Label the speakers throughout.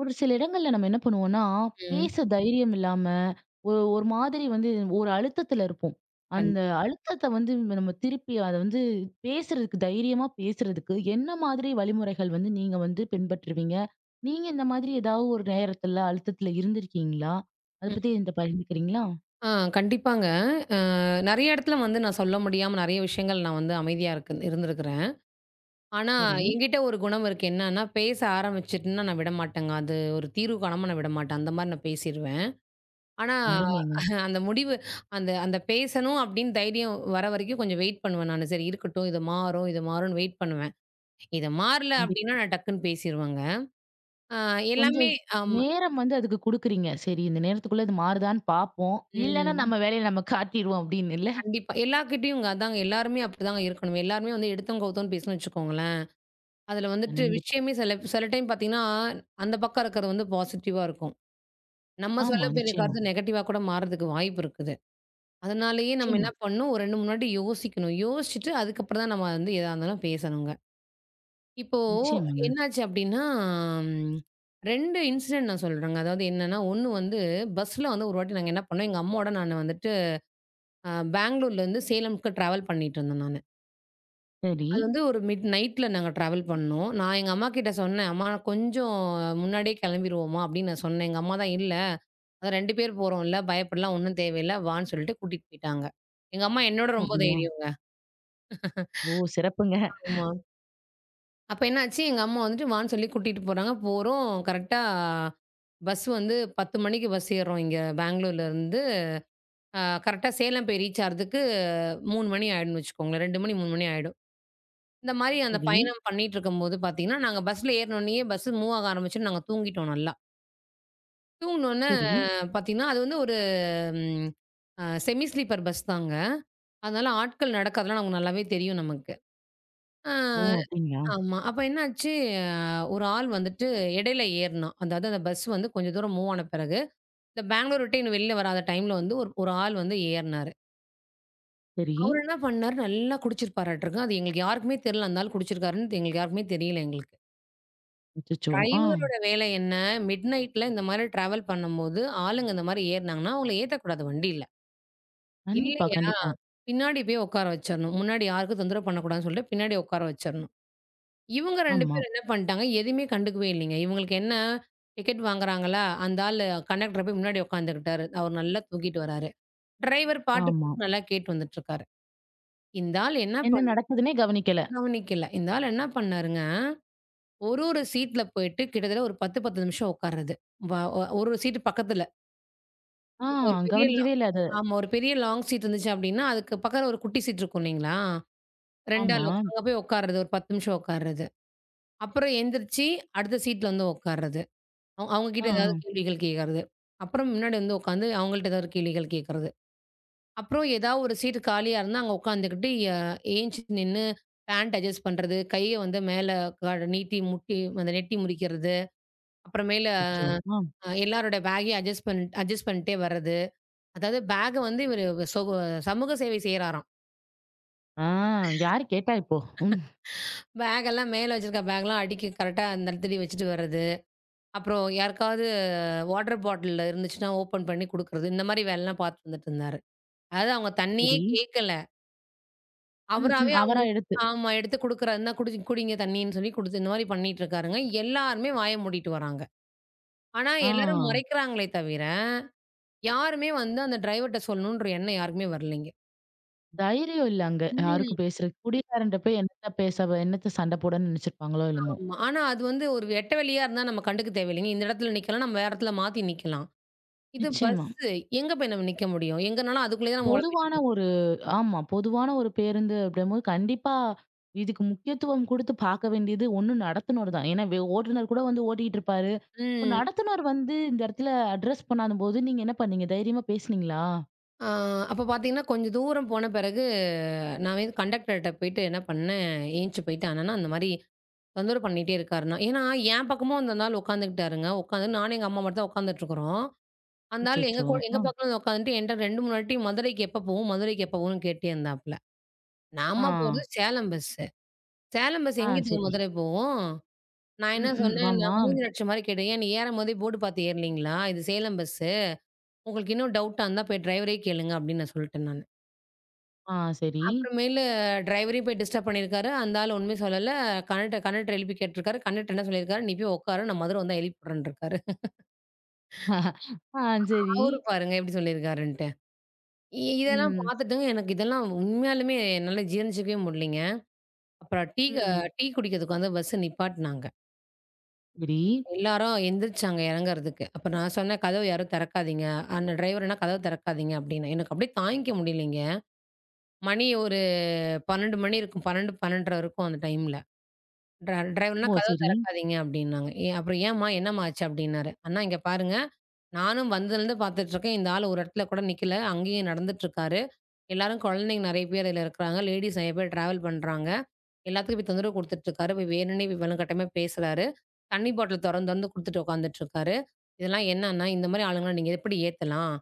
Speaker 1: ஒரு சில இடங்கள்ல நம்ம என்ன பண்ணுவோம்னா,
Speaker 2: ம்.
Speaker 1: பேச தைரியம் இல்லாம, ஒரு ஒரு மாதிரி வந்து ஒரு அழுத்தத்துல இருப்போம்.
Speaker 2: கண்டி
Speaker 1: அந்த அழுத்தத்த வந்து நம்ம திருப்பி அத வந்து பேசுறதுக்கு தைரியமா பேசுறதுக்கு என்ன மாதிரி வழிமுறைகள் வந்து நீங்க வந்து பின்பற்றுவீங்க? நீங்க இந்த மாதிரி ஏதாவது ஒரு நேரத்துல அழுத்தத்துல இருந்திருக்கீங்களா? அத
Speaker 2: ம்.
Speaker 1: பத்தி என்ட்ட பகிர்ந்துக்கிறீங்களா?
Speaker 2: ஆ கண்டிப்பாங்க. அ நெறைய இடத்துல வந்து நான் சொல்ல முடியாம நெறைய விஷயங்கள் நான் வந்து அமைதியா இருந்திருக்கிறேன். ஆனா,
Speaker 1: சரி.
Speaker 2: என்கிட்ட ஒரு குணம் இருக்கு. என்னன்னா, பேச ஆரம்பிச்சுட்டேன்னா நான் விடமாட்டேங்க. அது ஒரு தீர்வு காணாம நான் விடமாட்டேன். அந்த மாரி நான் பேசிருவேன். ஆனா,
Speaker 1: அருமைங்க.
Speaker 2: அந்த முடிவு அந்த அந்த பேசணும் அப்படின்னு தைரியம் வர வரைக்கும் கொஞ்சம் வெயிட் பண்ணுவேன் நானு. சரி இருக்கட்டும், இது மாறும், இது மாறும்ன்னு வெயிட் பண்ணுவேன். இது மாறல
Speaker 1: கண்டிப்பா.
Speaker 2: அப்படின்னா நான் டக்குன்னு பேசிருவேங்க. ஆ
Speaker 1: கொஞ்சம்
Speaker 2: எல்லாமே. ஆமா.
Speaker 1: நேரம் வந்து அதுக்கு குடுக்குறீங்க. சரி, இந்த நேரத்துக்குள்ள இது மாறுதான்னு பார்ப்போம். இல்லன்னா
Speaker 2: ம்.
Speaker 1: நம்ம வேலைய நம்ம காட்டிருவோம் அப்படின்னு இல்ல?
Speaker 2: கண்டிப்பா. எல்லார்கிட்டயுங்க அதாங்க. எல்லாருமே அப்படிதாங்க இருக்கணும். எல்லாருமே வந்து எடுத்தோம், கவுத்தோம்ன்னு பேசுனோம்னு வச்சுக்கோங்களேன். அதுல வந்துட்டு
Speaker 1: கண்டிப்பா.
Speaker 2: விஷயமே சில சில டைம் பார்த்தீங்கன்னா, அந்த பக்கம் இருக்கிறது வந்து பாசிட்டிவா இருக்கும். நம்ம
Speaker 1: ஆமா,
Speaker 2: சொல்லப்போற
Speaker 1: நிச்சயமா.
Speaker 2: கருத்து நெகட்டிவா கூட மாறதுக்கு வாய்ப்பு இருக்குது. அதனாலேயே நம்ம
Speaker 1: நிச்சயமா,
Speaker 2: என்ன பண்ணணும், ஒரு 2, 3 வாட்டி யோசிக்கணும். யோசிச்சுட்டு அதுக்கப்புறம் தான் நம்ம வந்து எதா இருந்தாலும் பேசணுங்க. இப்போ
Speaker 1: நிச்சயமாங்க.
Speaker 2: என்னாச்சு அப்படின்னா, ம் 2 இன்சிடென்ட் நான் சொல்றேங்க. அதாவது என்னன்னா, ஒண்ணு வந்து பஸ்ல வந்து ஒரு வாட்டி நாங்க என்ன பண்ணோம், எங்க அம்மாவோட நானு வந்துட்டு பெங்களூர்லேருந்து சேலம்க்கு ட்ராவல் பண்ணிட்டு இருந்தேன் நானு.
Speaker 1: சரி.
Speaker 2: அது வந்து ஒரு மிட் நைட்ல நாங்க ட்ராவல் பண்ணோம். நான் எங்க அம்மாகிட்ட சொன்னேன், "அம்மா கொஞ்சம் முன்னாடியே கிளம்பிருவோமா?" அப்படின்னு நான் சொன்னேன். எங்க அம்மா தான், "இல்ல, அதான் 2 பேர் போறோம்ல, பயப்படலாம் ஒண்ணும் தேவையில்ல வான்னு" சொல்லிட்டு கூட்டிட்டு போயிட்டாங்க. எங்க அம்மா என்னோட
Speaker 1: ஓ!
Speaker 2: ரொம்ப
Speaker 1: அப்படியா?
Speaker 2: தைரியங்க.
Speaker 1: ஓ! சிறப்புங்க.
Speaker 2: ஆமா. அப்ப என்னாச்சு, எங்க அம்மா வந்துட்டு வான்னு சொல்லி கூட்டிட்டு போறாங்க. போறோம் கரெக்ட்டா பஸ் வந்து 10 மணிக்கு பஸ் ஏறுறோம் இங்க பெங்களூர்ல இருந்து. அ கரெக்ட்டா சேலம் போய் ரீச் ஆறதுக்கு 3 மணி ஆயிடும்னு வச்சுக்கோங்களேன். 2 மணி, 3 மணி ஆயிடும். இந்த மாரி அந்த
Speaker 1: சரி,
Speaker 2: பயணம் பண்ணிட்டுருக்கும்போது பார்த்தீங்கன்னா, நாங்க பஸ்ல ஏறுனோனயே பஸ் மூவ் ஆக ஆரம்பிச்சோனே நாங்க தூங்கிட்டோம் நல்லா. தூங்குனோனே
Speaker 1: சரி.
Speaker 2: பார்த்தீங்கன்னா, அது வந்து ஒரு ம் அ செமி ஸ்லீப்பர் பஸ் தாங்க. அதனால ஆட்கள் நடக்காதெல்லாம் நமக்கு நல்லாவே தெரியும் நமக்கு. ஆ
Speaker 1: ஓ! அப்படிங்களா?
Speaker 2: ஆமா. அப்ப என்னாச்சு, ஒரு ஆள் வந்துட்டு இடையில ஏறுனான். அதாவது அந்த பஸ் வந்து கொஞ்சம் தூரம் மூவ் ஆன பிறகு, இந்த பெங்களூர் விட்டு இன்னும் வெளில வராத டைம்ல வந்து ஒரு ஒரு ஆள் வந்து ஏறுனாரு.
Speaker 1: சரி.
Speaker 2: அவரு என்ன பண்ணாரு, நல்லா குடிச்சிருப்பாராட்டுருக்கு. அது எங்களுக்கு யாருக்குமே தெரியல அந்த ஆள் குடிச்சிருக்காருன்னு எங்களுக்கு யாருக்குமே தெரியல எங்களுக்கு.
Speaker 1: அச்சச்சோ! ஆ.
Speaker 2: டிரைவரோட வேலை என்ன? மிட்நைட்ல இந்த மாரி டிராவல் பண்ணும்போது, ஆளுங்க இந்த மாரி ஏறுனாங்கன்னா, அவங்கள ஏத்தக்கூடாது வண்டியில.
Speaker 1: கண்டிப்பா,
Speaker 2: இல்லையா,
Speaker 1: கண்டிப்பா.
Speaker 2: பின்னாடி போய் உட்கார வச்சரணும். முன்னாடி யாருக்கும் தொந்தரவு பண்ணக்கூடாதுன்னு சொல்லிட்டு, பின்னாடி உட்கார வச்சரணும். இவங்க 2
Speaker 1: ஆமா,
Speaker 2: பேரும் என்ன பண்ட்டாங்க, எதுவுமே கண்டுக்கவே இல்லைங்க. இவங்களுக்கு என்ன, டிக்கெட் வாங்குறாங்களா, அந்த ஆளு கண்டக்டர் போய் முன்னாடி உட்காந்துக்கிட்டாரு. அவர் நல்லா தூக்கிட்டு வராரு. டிரைவர் பாட்டு
Speaker 1: ஆமா.
Speaker 2: போட்டு நல்லா கேட்டு வந்துட்டுருக்காரு. இந்த ஆள் என்ன
Speaker 1: என்ன
Speaker 2: பண்ண
Speaker 1: நடக்குதுன்னே கவனிக்கல.
Speaker 2: கவனிக்கல. இந்த ஆள் என்ன பண்ணாருங்க, ஒரு ஒரு சீட்ல போயிட்டு கிட்டத்தட்ட ஒரு 10, 10 நிமிஷம் உட்கார்றது. வ ஒ ஒரு சீட்டு பக்கத்துல.
Speaker 1: ஆ,
Speaker 2: இப்போ ஒரு பெரிய லா
Speaker 1: கவனிக்கவே இல்ல அது.
Speaker 2: ஆமா. ஒரு பெரிய லாங் சீட் இருந்துச்சு அப்டின்னா, அதுக்கு பக்கத்துல ஒரு குட்டி சீட் இருக்கும் இல்லைங்களா? 2 ம். ஆள்
Speaker 1: ஆமா.
Speaker 2: அங்க போய் உட்கார்றது. ஒரு 10 நிமிஷம் உட்கார்றது. அப்புறம் எந்திரிச்சு அடுத்த சீட்ல வந்து உட்கார்றது. அவங்க
Speaker 1: ஆ,
Speaker 2: கிட்ட ம்.
Speaker 1: ஆ.
Speaker 2: ஏதாவது கேள்விகள் கேட்கறது. அப்புறம் முன்னாடி வந்து உட்காந்து அவங்கள்ட்ட ஏதாவது ஒரு கேள்விகள் கேட்கறது. அப்புறம் ஏதாவது ஒரு சீட் காலியா இருந்தா அங்க உட்காந்துக்கிட்டு ஏஞ்சி நின்னு பேண்ட் அட்ஜஸ்ட் பண்றது. கைய வந்து மேல நீட்டி முட்டி அந்த நெட்டி முறிக்கிறது. அப்புறமேல
Speaker 1: அச்சச்சோ! ஆ.
Speaker 2: எல்லாரோட பேக்கையும் அட்ஜஸ்ட் பண்ணிட்டே வர்றது. அதாவது பேக்க வந்து இவரு சொ சமூக சேவை செய்றாராம்.
Speaker 1: ஆ, யாரு கேட்டா இப்போ? ம்.
Speaker 2: பேக்கெல்லாம் மேல வச்சிருக்க பேக்லாம் அடுக்கி கரெக்ட்டா அந்த இடத்துலயே வச்சுட்டு வர்றது. அப்புறம் யாருக்காவது வாட்டர் பாட்டில் இருந்துச்சுன்னா ஓப்பன் பண்ணி குடுக்குறது. இந்த மாரி வேலைலாம் பார்த்துட்டு வந்துட்டு இருந்தாரு. அதாவது அவங்க தண்ணியே
Speaker 1: சரி.
Speaker 2: கேட்கல.
Speaker 1: ம், ம்.
Speaker 2: அவராவே
Speaker 1: அவரா
Speaker 2: அவங்கள்ட்ட
Speaker 1: எடுத்து.
Speaker 2: ஆமா எடுத்து குடுக்குறாருன்னா குடிச்சு குடிங்க தண்ணின்னு சொல்லி குடுத்து இந்த மாரி பண்ணிட்டு இருக்காருங்க. எல்லாருமே வாய மூடிட்டு வராங்க. ஆனா
Speaker 1: ஆ.
Speaker 2: எல்லாரும் முறைக்கிறாங்களே தவிர, யாருமே வந்து அந்த டிரைவர்ட்ட சொல்லணுன்ற எண்ணம் யாருக்குமே வரலைங்க.
Speaker 1: தைரியம் இல்ல அங்க
Speaker 2: ம்.
Speaker 1: யாருக்கும் பேசுறதுக்கு. குடிகாரன்ட்ட போய் என்னத்த பேச என்னத்த சண்டை போடன்னு நினைச்சிருப்பாங்களோ என்னமோ!
Speaker 2: ஆமா. ஆனா அது வந்து ஒரு வெட்ட வெளியா இருந்தா நம்ம கண்டுக்க தேவையில்லைங்க. இந்த இடத்துல நிக்கலாம், நம்ம வேற இடத்துல மாத்தி நிக்கலாம். இது
Speaker 1: நிச்சயமா.
Speaker 2: பஸ்ஸு எங்க போய் நம்ம நிக்க முடியும்? எங்கனாலும் அதுக்குள்ளேயே நம்ம ஒழப்பிட்டு
Speaker 1: பொதுவான
Speaker 2: இருக்கணும்.
Speaker 1: ஒரு ஆமா. பொதுவான ஒரு பேருந்து அப்படிங்கும்போது, கண்டிப்பா இதுக்கு முக்கியத்துவம் குடுத்து பாக்க வேண்டியது ஒண்ணு நடத்துனர் தான். ஏன்னா, ஓட்டுநர் கூட வந்து ஓட்டிட்டு இருப்பாரு. இப்ப
Speaker 2: ம்.
Speaker 1: நடத்துனர் வந்து இந்த இடத்துல அட்ரஸ் பண்ணாதபோது, நீங்க என்ன பண்ணீங்க? தைரியமா பேசுனீங்களா?
Speaker 2: ஆ அப்ப பார்த்தீங்கன்னா, கொஞ்சம் தூரம் போன பிறகு நான் வந்து கண்டக்டர்ட்ட போயிட்டு என்ன பண்ணேன், ஏந்திச்சு போயிட்டு அண்ணா அந்த மாரி தொந்தரவு பண்ணிட்டே இருக்காருண்ணா. ஏன்னா, என் பக்கமும் அந்த ஆள் உட்காந்துக்கிட்டாருங்க. உட்காந்து நானும் எங்க அம்மா மட்டும் தான் உட்காந்துட்டு இருக்கிறோம். அந்த ஆள் எங்க
Speaker 1: அச்சச்சோ!
Speaker 2: கூட எங்க
Speaker 1: அ,
Speaker 2: பக்கம் வந்து உட்காந்துட்டு என்ட்ட 2, 3 வாட்டி மதுரைக்கு எப்ப போவோம்? மதுரைக்கு எப்ப போவோம்ன்னு கேட்டே இருந்தாப்புல.
Speaker 1: ஆ,
Speaker 2: நாம போறது சேலம் பஸ். சேலம் பஸ்
Speaker 1: ஆ
Speaker 2: எங்கிட்டுங்க
Speaker 1: சரி.
Speaker 2: மதுரை போவும்? நான் என்ன
Speaker 1: ம், ம்.
Speaker 2: சொன்னேன்,
Speaker 1: ஆமா.
Speaker 2: நான் மூஞ்சில அடிச்ச மாரி கேட்டேன். "ஏன் நீ ஏறும்போதே போர்டு பார்த்து ஏறலீங்களா? இது சேலம் பஸ்ஸு. உங்களுக்கு இன்னும் டவுட்டா இருந்தா போய் டிரைவரயே கேளுங்க" அப்படின்னு நான் சொல்ட்டேன் நானு.
Speaker 1: ஆ சரி.
Speaker 2: அப்புறமேலு டிரைவரையும் போய் டிஸ்டர்ப் பண்ணியிருக்காரு. அந்த ஆள் ஒண்ணுமே சொல்லல. கண்டக்டர் கண்டக்டர் எழுப்பி கேட்டுருக்காரு. கண்டக்டர் என்ன சொல்லியிருக்காரு, "நீ போய் உட்காரு. நான் மதுரை வந்தா எழுப்பிடுறேன்ருக்காரு."
Speaker 1: ஆ சரி.
Speaker 2: அவரு பாருங்க எப்படி சொல்லியிருக்காருன்ட்டு. இதெல்லாம்
Speaker 1: ம்,
Speaker 2: பார்த்துட்டுங்க எனக்கு இதெல்லாம் உண்மையாலுமே என்னால ஜீரணிச்சுக்கவே முடியலைங்க. அப்புறம்
Speaker 1: ம்.
Speaker 2: டீ குடிக்கிறதுக்கு வந்து பஸ்ஸ நிப்பாட்டுனாங்க.
Speaker 1: சரி.
Speaker 2: எல்லாரும் எந்திரிச்சாங்க இறங்கறதுக்கு. அப்ப நான் சொன்னேன், "கதவு யாரும் திறக்காதீங்க. அந்த டிரைவர் என்ன கதவு திறக்காதீங்க" அப்படின்னு. எனக்கு அப்படியே தாங்கிக்க முடியலைங்க. மணி ஒரு 12 மணி இருக்கும். 12, 12:30 இருக்கும் அந்த டைம்ல. டிரைவர்னா
Speaker 1: ஓ!
Speaker 2: கதவ
Speaker 1: சரி.
Speaker 2: திறக்காதீங்க அப்டின்னாங்க. ஏன் அப்புறம் ஏம்மா என்னம்மா ஆச்சு அப்டின்னாரு. அண்ணா இங்க பாருங்க, நானும் வந்ததுலருந்து பார்த்துட்டுருக்கேன். இந்த ஆள் ஒரு இடத்துல கூட நிக்கல. அங்கேயும் நடந்துட்டுருக்காரு. எல்லாரும் குழந்தைங்க நெறைய பேர் இதுல இருக்கிறாங்க. லேடீஸ் நெறைய பேர் டிராவல் பண்றாங்க. எல்லாத்துக்கும் போய் தொந்தரவு குடுத்துட்டுருக்காரு. போய் வேணுன்னே போய் வலுக்கட்டாயமா பேசுறாரு. தண்ணி பாட்டில் தொறந்து தொறந்து குடுத்துட்டு உட்காந்துட்டுருக்காரு. இதெல்லாம் என்ன அண்ணா? இந்த மாரி ஆளுங்கள நீங்க எப்படி ஏத்தலாம்?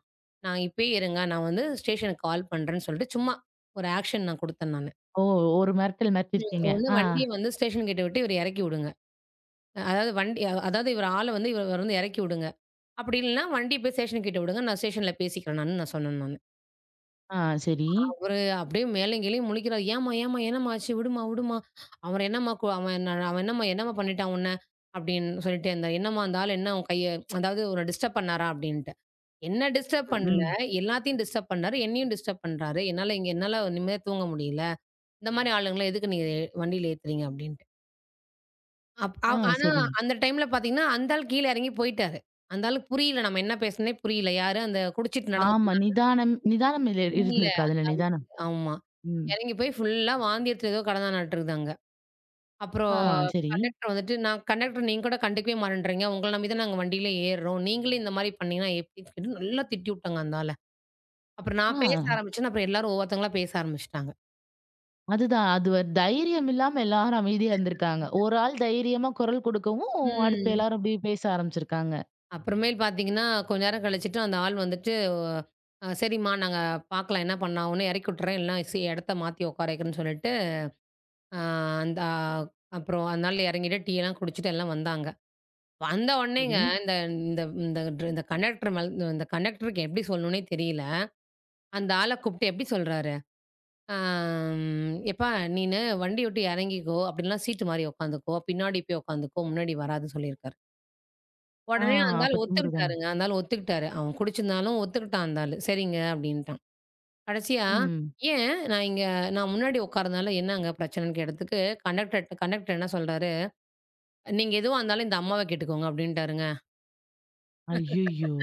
Speaker 2: நான் இப்பயே இருங்க. நான் வந்து ஸ்டேஷனுக்கு கால் பண்றேன்னு சொல்லிட்டு சும்மா ஒரு ஆக்ஷன் நான் குடுத்தேன் நானு.
Speaker 1: ஓ! ஒரு மிரட்டல் மிரட்டியிருக்கீங்க.
Speaker 2: ஒண்ணு
Speaker 1: ஆ,
Speaker 2: வண்டிய வந்து ஸ்டேஷன் கேட்ட விட்டு இவர எறக்கி விடுங்க. அதாவது வண்டி அதாவது இவரு ஆள வந்து இவர வந்து இறக்கி விடுங்க. அப்படி இல்லன்னா வண்டிய போய் ஸ்டேஷன் கிட்ட விடுங்க. நான் ஸ்டேஷன்ல பேசிக்கிறேன் நானு நான் சொன்னேன் நானு.
Speaker 1: ஆ சரி.
Speaker 2: அவரு அப்படியே மேலயும் கீழயும் முழிக்கிறாரு. "ஏம்மா, ஏம்மா என்னம்மா ஆச்சு? விடும்மா, விடும்மா. அவன் என்னம்மா கு அவன் என்ன- அவன் என்னம்மா என்னம்மா பண்ணிட்டான் உன்ன?" அப்படின்னு சொல்லிட்டே இருந்தாரு. "என்னம்மா அந்த ஆள் என்ன உன் கைய அதாவது உன்ன டிஸ்டர்ப் பண்ணாரா?" அப்படின்ட்டு. என்ன டிஸ்டர்ப்
Speaker 1: ம்,
Speaker 2: பண்ணல.
Speaker 1: ம்.
Speaker 2: எல்லாத்தையும் டிஸ்டர்ப் பண்ணாரு. என்னையும் டிஸ்டர்ப் பண்றாரு. என்னால நிம்மதியா தூங்க முடியல. இந்த மாரி ஆளுங்கள எதுக்கு நீங்க வண்டியில ஏத்துறீங்க? அப்படின்ட்டு. அப் அ
Speaker 1: ஆ
Speaker 2: ஆனா
Speaker 1: சரி.
Speaker 2: அந்த டைம்ல பார்த்தீங்கன்னா, அந்த ஆள் கீழ இறங்கி போயிட்டாரு. அந்த ஆளுக்கு புரியல. நம்ம என்ன பேசனே புரியல. யாரு அந்த குடிச்சிட்டு நடந்துட்டு
Speaker 1: ஆமா.
Speaker 2: இருந்தாங்க.
Speaker 1: நிதானம் நிதானம் இல்ல
Speaker 2: இல்ல
Speaker 1: இருந்திருக்கு
Speaker 2: அந்த
Speaker 1: அதுல
Speaker 2: ஆளு.
Speaker 1: நிதானம்.
Speaker 2: ஆமா.
Speaker 1: ம்.
Speaker 2: இறங்கி போய் ஃபுல்லா வாந்தி எடுத்துட்டு ஏதோ கடந்தானாட்டுருக்குது அங்க. அப்புறம்
Speaker 1: ஆ சரி.
Speaker 2: கண்டக்டர் வந்துட்டு, "நான் கண்டக்டர் நீங்க கூட கண்டுக்கவே மாட்டேன்றீங்க. உங்கள நம்பி தான் நாங்க வண்டியில ஏறுறோம். நீங்களே இந்த மாரி பண்ணீங்கன்னா எப்படின்னு" சொல்லி நல்லா திட்டி விட்டாங்க அந்த ஆள. அப்புறம்
Speaker 1: ஆ,
Speaker 2: நான் பேச ஆரம்பிச்சேன். அப்புறம் எல்லாரும் ஒவ்வொருத்தங்களா பேச ஆரம்பிச்சுட்டாங்க.
Speaker 1: அதுதான். அது ஒரு தைரியம் இல்லாம எல்லாரும் அமைதியா இருந்திருக்காங்க. ஒரு ஆள் தைரியமா குரல் கொடுக்கவும், அடுத்து
Speaker 2: ம்.
Speaker 1: எல்லாரும் அப்படியே பேச ஆரம்பிச்சிருக்காங்க.
Speaker 2: அப்புறமேல் பார்த்தீங்கன்னா, கொஞ்ச நேரம் கழிச்சுட்டு அந்த ஆள் வந்துட்டு, "சரிம்மா நாங்க பார்க்கலாம் என்ன பண்ணாகும்னு இறக்கி விட்டுறேன். இல்லைன்னா இடத்த மாத்தி உட்கார வைக்கிறேன்னு" சொல்லிட்டு, அ அந்த அப்புறம் அதனால இறங்கிட்டு டீயெல்லாம் குடிச்சுட்டு எல்லாம் வந்தாங்க. வந்த உடனேங்க
Speaker 1: சரி.
Speaker 2: இந்த இந்த இந்த ட்ர இந்த கண்டக்டர் மேல இந்த கண்டக்டருக்கு எப்படி சொல்லணும்னே தெரியல. அந்த ஆள கூப்பிட்டு எப்படி சொல்றாரு, " எப்பா நீனு வண்டி விட்டு இறங்கிக்கோ. அப்படிலாம் சீட்டு மாறி உட்காந்துக்கோ. பின்னாடி போய் உட்காந்துக்கோ. முன்னாடி வராதன்னு" சொல்லியிருக்காரு.
Speaker 1: ஆ,
Speaker 2: உடனே அந்த ஆள்
Speaker 1: அப்ப திமிரு தான.
Speaker 2: ஒத்துக்கிட்டாருங்க. அந்த ஆள் ஒத்துக்கிட்டாரு. அவன் குடிச்சிருந்தாலும் ஒத்துக்கிட்டான் அந்த ஆளு. சரிங்க அப்டின்ட்டான். கடைசியா,
Speaker 1: ம்.
Speaker 2: "ஏன் நான் இங்க நான் முன்னாடி உட்கார்றதுனால என்னங்க பிரச்சனன்னு?" கேட்டதுக்கு கண்டக்டர் என்ன சொல்றாரு, "நீங்க எதுவா இருந்தாலும் இந்த அம்மாவ கேட்டுக்கோங்க" அப்டின்ட்டாருங்க.
Speaker 1: ஐய்யய்யோ!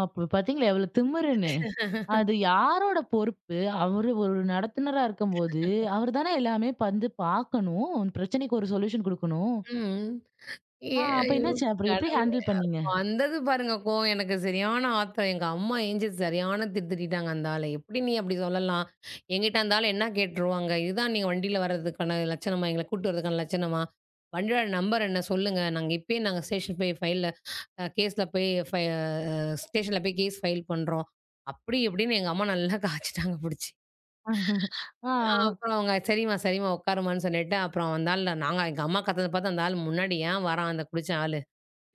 Speaker 1: அப்ப பார்த்தீங்களா எவ்வளவு திமிருன்னு. அது யாரோட பொறுப்பு? அவரு ஒரு நடத்துனரா இருக்கும்போது, அவரு தானே எல்லாமே வந்து பார்க்கணும். பிரச்சனைக்கு ஒரு சொல்யூஷன் குடுக்கணும்.
Speaker 2: ம்.
Speaker 1: ஆ,
Speaker 2: ஏன்
Speaker 1: அப்ப
Speaker 2: ஐயோ!
Speaker 1: என்னாச்சு? அப்புறம் எப்படி
Speaker 2: கடவுளே!
Speaker 1: ஹேண்டில் பண்ணீங்க?
Speaker 2: வந்தது பாருங்க கோவம். எனக்கு சரியான ஆத்திரம். எங்க அம்மா ஏஞ்சு சரியான திட்டு திட்டிட்டாங்க அந்த ஆள. எப்படி நீ அப்படி சொல்லலாம்? என்கிட்ட அந்த ஆள் என்ன கேட்டுருவாங்க? இதுதான் நீங்க வண்டியில வர்றதுக்கான லட்சணமா? எங்கள கூட்டு வரதுக்கான லட்சணமா? வண்டியோட நம்பர் என்ன சொல்லுங்க? நாங்க இப்பயே நாங்க ஸ்டேஷன் போய் ஃபைல்ல கேஸ்ல போய் ஸ்டேஷன்ல போய் கேஸ் ஃபைல் பண்றோம். அப்படி இப்படின்னு எங்க அம்மா நல்லா காய்ச்சிட்டாங்க புடிச்சு.
Speaker 1: ஆ.
Speaker 2: அப்புறம் அவங்க சரிம்மா, சரிம்மா உட்காருமான்னு சொல்லிட்டு, அப்புறம் அந்த ஆள் நாங்க எங்க அம்மா கத்தத பார்த்து அந்த ஆள் முன்னாடி ஏன் வரான் அந்த குடிச்ச ஆளு?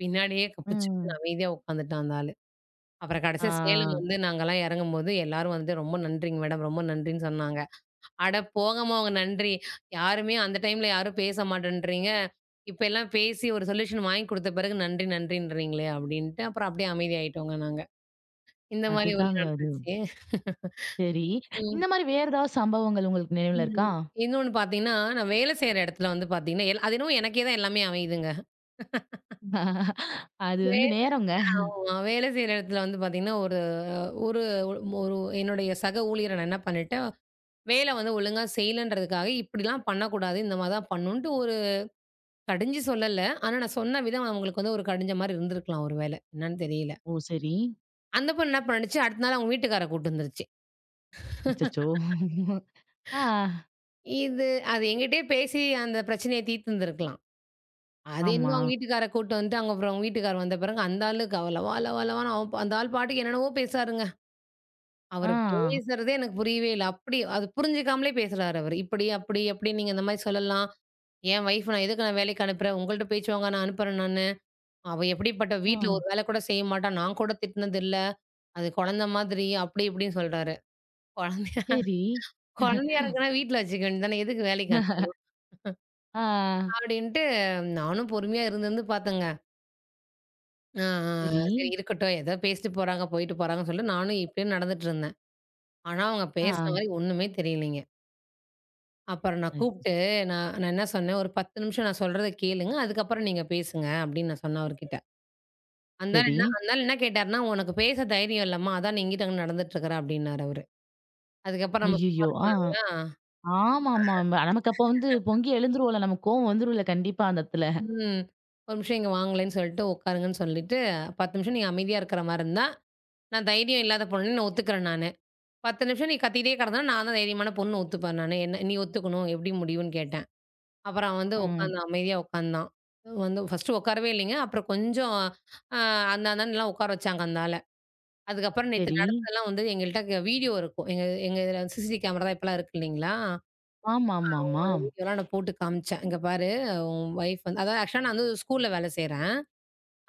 Speaker 2: பின்னாடியே கப்புச்சுப்புன்னு
Speaker 1: ம்.
Speaker 2: அமைதியா உட்காந்துட்டான் அந்த ஆளு. அப்புறம்
Speaker 1: ஆ,
Speaker 2: கடைசியா சேலம் வந்து நாங்கலாம் இறங்கும்போது, எல்லாரும் வந்து "ரொம்ப நன்றிங்க மேடம், ரொம்ப நன்றின்னு" சொன்னாங்க. அட போங்கம்மா உங்க நன்றி. யாருமே அந்த டைம்ல யாரும் பேச மாட்டேன்றீங்க. இப்பல்லாம் பேசி ஒரு சொல்யூஷன் வாங்கி குடுத்த பிறகு நன்றி நன்றின்றீங்களே! அப்டின்ட்டு அப்புறம் அப்டியே அமைதியாயிட்டோங்க நாங்க. இந்த மாரி ஒண்ணு
Speaker 1: அதுதாங்க அது.
Speaker 2: நடந்துச்சு.
Speaker 1: சரி.
Speaker 2: ம்.
Speaker 1: இந்த மாரி வேற ஏதாவது சம்பவங்கள் உங்களுக்கு நினைவுல
Speaker 2: ம்.
Speaker 1: இருக்கா?
Speaker 2: இன்னொன்னு பார்த்தீங்கன்னா, நான் வேலை செய்ற இடத்துல வந்து பார்த்தீங்கன்னா, அது என்னவோ எனக்கே தான் எல்லாமே அமையுதுங்க.
Speaker 1: அது
Speaker 2: வே
Speaker 1: வந்து நேரங்க.
Speaker 2: ஆமா. வேலை செய்ற இடத்துல வந்து பார்த்தீங்கன்னா, ஒரு ஒரு ஒரு என்னுடைய சக ஊழியர நான் என்ன பண்ணிட்டேன் வேலை வந்து ஒழுங்கா செய்யலன்றதுக்காக, இப்படிலாம் பண்ணக்கூடாது. இந்த மாரி தான் பண்ணணுன்ட்டு ஒரு கடிஞ்சு சொல்லல. ஆனா, நான் சொன்ன விதம் அவங்களுக்கு வந்து ஒரு கடிஞ்ச மாரி இருந்திருக்கலாம் ஒருவேள. என்னான்னு தெரியல.
Speaker 1: ஓ! சரி.
Speaker 2: அந்த பொண்ணு என்ன பண்ணுச்சு, அடுத்த நாள் அவங்க வீட்டுக்கார கூட்டு வந்துருச்சு.
Speaker 1: அச்சச்சோ! ஆ.
Speaker 2: இது அது என்கிட்டயே பேசி அந்த பிரச்சனைய தீர்த்திருந்திருக்கலாம். அது என்னமோ
Speaker 1: ஆமா.
Speaker 2: அவங்க வீட்டுக்கார கூட்டு வந்துட்டு, அங்க அப்புறம் அவங்க வீட்டுக்கார் வந்த பிறகு அந்த ஆளுக்கு அவ லவா லவா லவான்னு அவ அந்த ஆள் பாட்டுக்கு என்னென்னவோ பேசாருங்க.
Speaker 1: ஆ.
Speaker 2: அவர் பேசுறதே எனக்கு புரியவே இல்ல. அப்படி அது புரிஞ்சுக்காமலே பேசுறாரு அவரு. இப்படி, அப்படி, அப்படி நீங்க இந்த மாரி சொல்லலாம். என் வைஃப் நான் எதுக்கு நான் வேலைக்கு அனுப்புறேன்? உங்கள்ட்ட பேச்சு வாங்க நான் அனுப்புறேன் நானு. அவ எப்படிப்பட்ட
Speaker 1: ஆ.
Speaker 2: வீட்ல ஒரு வேலை கூட செய்ய மாட்டா. நான் கூட திட்டினதில்ல. அது குழந்த மாதிரி அப்படி இப்படின்னு சொல்றாரு. குழந்தையா
Speaker 1: சரி.
Speaker 2: குழந்தையா இருக்குன்னா வீட்ல வச்சுக்க வேண்டியது தானே. எதுக்கு வேலைக்கு அனுப்ப?
Speaker 1: ஆ.
Speaker 2: அப்படின்ட்டு நானும் பொறுமையா இருந்திருந்து பார்த்தேங்க. ஆ ஆ
Speaker 1: சரி.
Speaker 2: சரி இருக்கட்டும். ஏதோ பேசிட்டு போறாங்க, போயிட்டு போறாங்கன்னு சொல்லிட்டு நானும் இப்படியே நடந்துட்டு இருந்தேன். ஆனா அவங்க பேசுற
Speaker 1: ஆ.
Speaker 2: மாதிரி ஒண்ணுமே தெரியலைங்க. அப்புறம் நான்
Speaker 1: அச்
Speaker 2: கூப்பிட்டு நான் நான் என்ன சொன்னேன், "ஒரு 10 நிமிஷம் நான் சொல்றத கேளுங்க. அதுக்கப்புறம் நீங்க பேசுங்க" அப்படின்னு நான் சொன்னேன் அவர்கிட்ட.
Speaker 1: சரி.
Speaker 2: அந்தாளு என்ன கேட்டாருன்னா, "உனக்கு பேச தைரியம் இல்லம்மா, அதான் நீ இங்கிட்டு அங்கிட்டு நடந்துட்டு இருக்கிற" அப்டின்னாரு அவரு. அதுக்கப்புறம் நம்ம சும்மா
Speaker 1: ஐய்யய்யோ! ஆ.
Speaker 2: இருக்கலாங்களா?
Speaker 1: ஆமாமா. நமக்கு அப்ப வந்து பொங்கி எழுந்துருவோம்ல. நமக்கு கோவம் வந்துரும்ல கண்டிப்பா அந்த இடத்துல.
Speaker 2: ம். "ஒரு நிமிஷம் இங்க வாங்களேன்னு" சொல்லிட்டு உட்காருங்கன்னு சொல்லிட்டு, 10 நிமிஷம் நீ அமைதியா இருக்கிற மாரி இருந்தா, நான் தைரியம் இல்லாத பொண்ணுன்னு நான் ஒத்துக்கிறேன் நானு. 10 நிமிஷம் நீ கத்திட்டே கிடந்தா, நான் தான் தைரியமான பொண்ணுன்னு ஒத்துப்பேன் நானு. என்ன நீ ஒத்துக்கணும், எப்படி முடியும்ன்னு கேட்டேன். அப்புறம் அவன் வந்து
Speaker 1: ம்.
Speaker 2: உட்காந்தான், அமைதியா உட்காந்தான். வந்து ஃபர்ஸ்ட்டு உட்காரவே இல்லைங்க. அப்புறம் கொஞ்சம் அ அந்த அந்தான்டலாம் உட்கார வச்சாங்க அந்த ஆள. அதுக்கப்புறம் நேத்து
Speaker 1: சரி.
Speaker 2: நடந்ததெல்லாம் வந்து எங்கள்ட்ட வீடியோ இருக்கும். எங்க எங்க இதுல சிசிடிவி கேமரா தான் இப்பலாம் இருக்கு இல்லைங்களா?
Speaker 1: ஆமாமாமா.
Speaker 2: வீடியோலாம் நான் போட்டு காமிச்சேன். "இங்க பாரு உன் ஒய்ஃப் வந்து" அதாவது ஆக்சுவலா நான் வந்து ஒரு ஸ்கூல்ல வேலை செய்றேன்.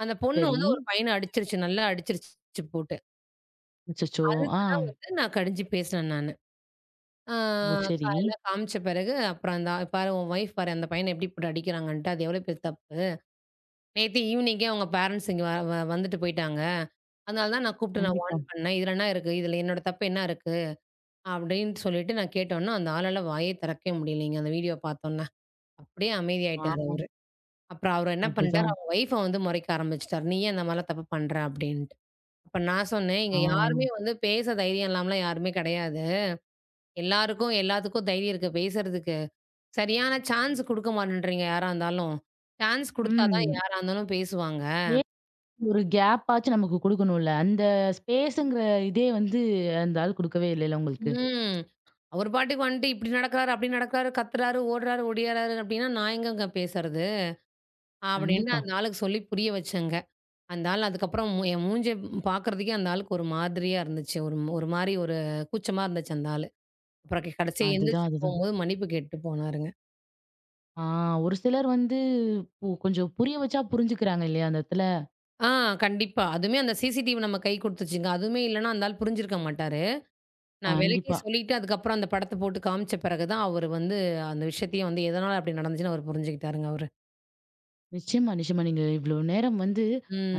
Speaker 2: அந்த பொண்ணு
Speaker 1: சரி.
Speaker 2: வந்து ஒரு பையன அடிச்சிருச்சு. நல்லா அடிச்சிருச்சு போட்டு.
Speaker 1: அச்சச்சோ! ஆ.
Speaker 2: அதுக்கு தான் வந்து நான் கடிஞ்சு பேசினேன் நானு. ஆ
Speaker 1: ஓ! சரி.
Speaker 2: காலையில காமிச்ச பிறகு அப்புறம் அந்த "பாரு உன் ஒய்ஃப் பாரு அந்த பையன எப்படி போட்டு அடிக்கிறாங்கன்ட்டு. அது எவ்வளோ பெரிய தப்பு. நேத்து ஈவினிங்கே அவங்க பேரண்ட்ஸ் இங்க வ வ வந்துட்டு போயிட்டாங்க. அதனால தான் நான் கூப்பிட்டு நான்
Speaker 1: கண்டிப்பா.
Speaker 2: வார்ன் பண்ணேன். இதுல என்ன இருக்கு? இதுல என்னோட தப்பு என்ன இருக்கு?" அப்படின்னு சொல்லிட்டு நான் கேட்டோன்னே, அந்த ஆளால வாயே திறக்கவே முடியலைங்க. அந்த வீடியோ பார்த்தோன்னே. அப்படியே அமைதியாயிட்டாரு
Speaker 1: ஆமா.
Speaker 2: அவரு. அப்புறம் அவரு என்ன பண்ணிட்டாரு,
Speaker 1: அதுதான்.
Speaker 2: அவங்க ஒய்ஃப வந்து முறைக்க ஆரம்பிச்சுட்டாரு. "நீ ஏன் இந்த மாரிலாம் தப்பு பண்ற?" அப்படின்ட்டு. அப்ப நான் சொன்னேன், "இங்க
Speaker 1: ஆ.
Speaker 2: யாருமே வந்து பேச தைரியம் இல்லாமலாம் யாருமே கிடையாது. எல்லாருக்கும் எல்லாத்துக்கும் தைரியம் இருக்கு பேசுறதுக்கு. சரியான சான்ஸ் குடுக்க மாட்டேன்றீங்க யாரா இருந்தாலும். சான்ஸ் குடுத்தா தான்
Speaker 1: ம்.
Speaker 2: யாரா இருந்தாலும் பேசுவாங்க."
Speaker 1: ஏன் ஒரு கேப் ஆச்சு நமக்கு குடுக்கணும்ல. அந்த ஸ்பேஸ்ங்கிற இதே வந்து அந்த ஆள் குடுக்கவே இல்லைல உங்களுக்கு.
Speaker 2: ம். அவரு பாட்டுக்கு வந்துட்டு இப்படி நடக்கிறாரு, அப்படி நடக்கிறாரு, கத்துறாரு, ஓடுறாரு, ஒடியாறாரு அப்படின்னா, நான் எங்கங்க பேசுறது? அப்படின்னு
Speaker 1: கண்டிப்பா.
Speaker 2: அந்த ஆளுக்கு சொல்லி புரிய வச்சேங்க. அந்த ஆள் அதுக்கப்புறம் என் மூஞ்சிய பார்க்கறதுக்கே அந்த ஆளுக்கு ஒரு மாதிரியா இருந்துச்சு. ஒரு ஒரு மாரி ஒரு கூச்சமா இருந்துச்சு அந்த ஆளு. அப்புறம் கடைசியா
Speaker 1: அதுதான்,
Speaker 2: எந்திரிச்சு
Speaker 1: அதுதான்.
Speaker 2: போம்போது மன்னிப்பு கேட்டு போனாருங்க.
Speaker 1: ஆ, ஒரு சிலர் வந்து கொஞ்சம் புரிய வச்சா புரிஞ்சுக்கிறாங்க இல்லையா அந்த இடத்துல?
Speaker 2: ஆ கண்டிப்பா. அதுவுமே அந்த சிசிடிவி நம்ம கை குடுத்துச்சுங்க. அதுவுமே இல்லன்னா அந்த ஆள் புரிஞ்சிருக்க மாட்டாரு. நான் விளக்கி
Speaker 1: கண்டிப்பா.
Speaker 2: சொல்லிட்டு அதுக்கப்புறம் அந்த படத்த போட்டு காமிச்ச பிறகு தான் அவரு வந்து அந்த விஷயத்தையும் வந்து எதனால அப்படி நடந்துச்சுன்னு அவரு புரிஞ்சுக்கிட்டாருங்க அவரு.
Speaker 1: நிச்சயமா, நிச்சயமா. நீங்க இவ்ளோ நேரம் வந்து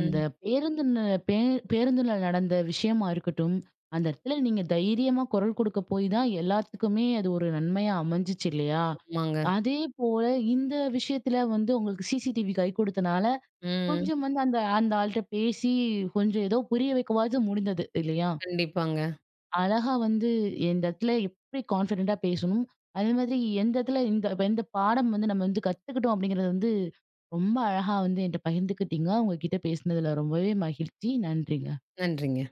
Speaker 1: அந்த பேருந்து ந பே பேருந்துல நடந்த விஷயமா இருக்கட்டும், அந்த இடத்துல நீங்க தைரியமா குரல் கொடுக்க போய் தான் எல்லாத்துக்குமே அது ஒரு நன்மையா அமைஞ்சுச்சு இல்லையா?
Speaker 2: ஆமாங்க.
Speaker 1: அதே போல இந்த விஷயத்துல வந்து உங்களுக்கு CCTV கை கொடுத்தனால,
Speaker 2: ம்.
Speaker 1: கொஞ்சம் வந்து அந்த அந்த ஆள்ட்ட பேசி கொஞ்சம் ஏதோ புரிய வைக்கவாவது முடிந்தது இல்லையா?
Speaker 2: கண்டிப்பாங்க.
Speaker 1: அழகா வந்து எந்த இடத்துல எப்படி கான்ஃபிடென்ட்டா பேசணும். அதே மாதிரி எந்த இடத்துல இந்த பாடம் வந்து நம்ம வந்து கத்துக்கிட்டோம் அப்படிங்கிறது வந்து ரொம்ப அழகா வந்து என்ட்ட பகிர்ந்துக்கிட்டீங்க. உங்ககிட்ட பேசினதுல ரொம்பவே மகிழ்ச்சி. நன்றிங்க.
Speaker 2: நன்றிங்க.